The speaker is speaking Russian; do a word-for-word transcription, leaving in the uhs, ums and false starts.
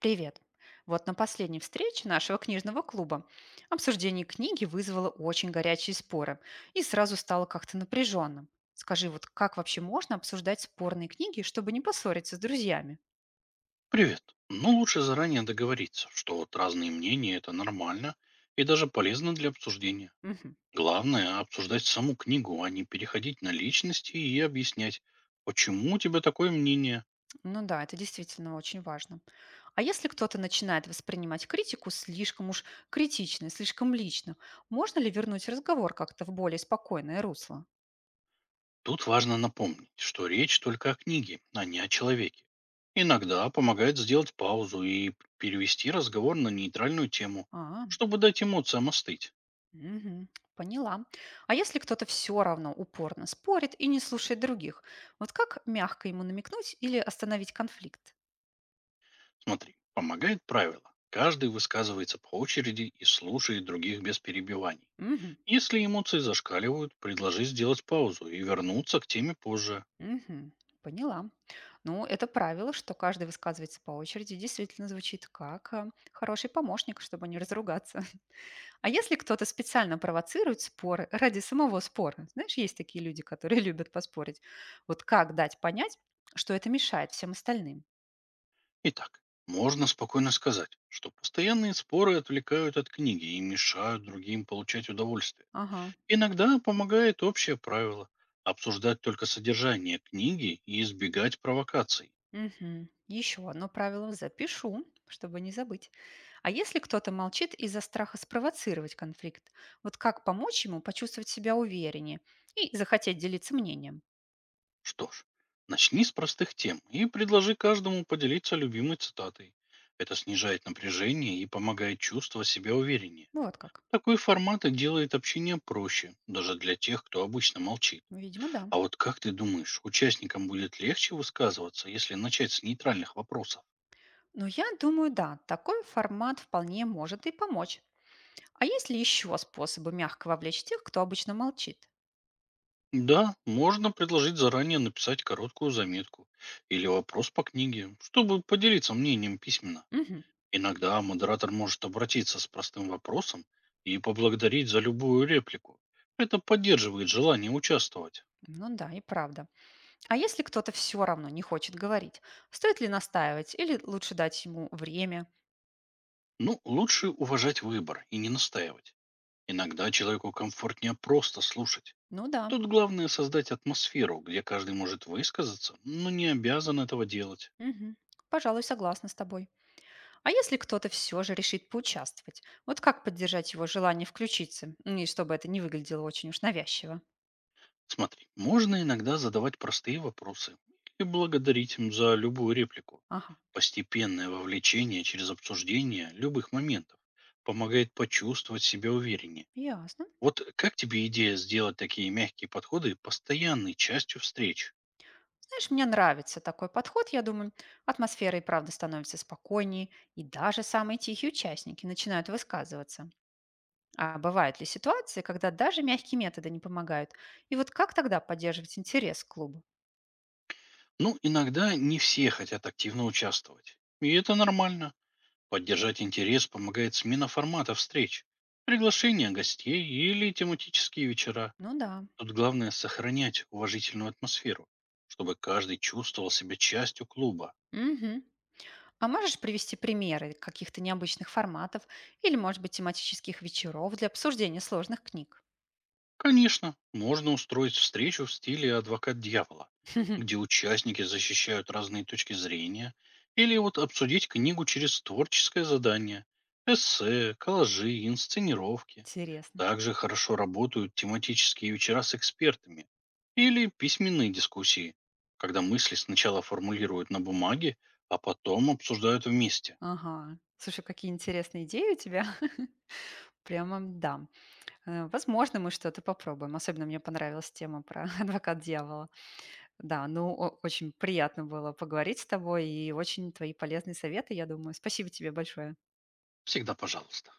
Привет! Вот на последней встрече нашего книжного клуба обсуждение книги вызвало очень горячие споры и сразу стало как-то напряженным. Скажи, вот как вообще можно обсуждать спорные книги, чтобы не поссориться с друзьями? Привет. Ну, лучше заранее договориться, что вот разные мнения– это нормально и даже полезно для обсуждения. Мгм. Главное– обсуждать саму книгу, а не переходить на личности и объяснять, почему у тебя такое мнение. Ну да, это действительно очень важно. А если кто-то начинает воспринимать критику слишком уж критично, слишком лично, можно ли вернуть разговор как-то в более спокойное русло? Тут важно напомнить, что речь только о книге, а не о человеке. Иногда помогает сделать паузу и п- перевести разговор на нейтральную тему, А. чтобы дать эмоциям остыть. Мгм. Поняла. А если кто-то все равно упорно спорит и не слушает других, вот как мягко ему намекнуть или остановить конфликт? Смотри, помогает правило. Каждый высказывается по очереди и слушает других без перебиваний. Мгм. Если эмоции зашкаливают, предложи сделать паузу и вернуться к теме позже. Мгм. Поняла. Ну, это правило, что каждый высказывается по очереди, действительно звучит как э, хороший помощник, чтобы не разругаться. А если кто-то специально провоцирует споры ради самого спора, знаешь, есть такие люди, которые любят поспорить, вот как дать понять, что это мешает всем остальным? Итак, можно спокойно сказать, что постоянные споры отвлекают от книги и мешают другим получать удовольствие. Ага. Иногда помогает общее правило– обсуждать только содержание книги и избегать провокаций. Мгм. Еще одно правило запишу, чтобы не забыть. А если кто-то молчит из-за страха спровоцировать конфликт, вот как помочь ему почувствовать себя увереннее и захотеть делиться мнением? Что ж, начни с простых тем и предложи каждому поделиться любимой цитатой. Это снижает напряжение и помогает чувствовать себя увереннее. Ну, вот как. Такой формат и делает общение проще, даже для тех, кто обычно молчит. Видимо, да. А вот как ты думаешь, участникам будет легче высказываться, если начать с нейтральных вопросов? Но я думаю, да, такой формат вполне может и помочь. А есть ли еще способы мягко вовлечь тех, кто обычно молчит? Да, можно предложить заранее написать короткую заметку или вопрос по книге, чтобы поделиться мнением письменно. Мгм. Иногда модератор может обратиться с простым вопросом и поблагодарить за любую реплику. Это поддерживает желание участвовать. Ну да, и правда. А если кто-то все равно не хочет говорить, стоит ли настаивать или лучше дать ему время? Ну, лучше уважать выбор и не настаивать. Иногда человеку комфортнее просто слушать. Ну да. Тут главное создать атмосферу, где каждый может высказаться, но не обязан этого делать. Мгм. Пожалуй, согласна с тобой. А если кто-то все же решит поучаствовать, вот как поддержать его желание включиться, ну, и чтобы это не выглядело очень уж навязчиво? Смотри, можно иногда задавать простые вопросы и благодарить им за любую реплику. Ага, Постепенное вовлечение через обсуждение любых моментов помогает почувствовать себя увереннее. ясно. Вот как тебе идея сделать такие мягкие подходы постоянной частью встреч? Знаешь, мне нравится такой подход, я думаю, атмосфера и правда становится спокойнее, и даже самые тихие участники начинают высказываться. А бывают ли ситуации, когда даже мягкие методы не помогают? И вот как тогда поддерживать интерес к клубу? Ну, иногда не все хотят активно участвовать. И это нормально. Поддержать интерес помогает смена формата встреч, приглашение гостей или тематические вечера. Ну да. Тут главное сохранять уважительную атмосферу, чтобы каждый чувствовал себя частью клуба. Мгм. А можешь привести примеры каких-то необычных форматов или, может быть, тематических вечеров для обсуждения сложных книг? Конечно, можно устроить встречу в стиле «Адвокат дьявола», где участники защищают разные точки зрения, или вот обсудить книгу через творческое задание, эссе, коллажи, инсценировки. Интересно. Также хорошо работают тематические вечера с экспертами или письменные дискуссии, когда мысли сначала формулируют на бумаге, а потом обсуждают вместе. Ага. Слушай, какие интересные идеи у тебя. Прямо да. Э, Возможно, мы что-то попробуем. Особенно мне понравилась тема про адвокат дьявола. Да, ну, о- очень приятно было поговорить с тобой и очень твои полезные советы, я думаю. Спасибо тебе большое. Всегда пожалуйста.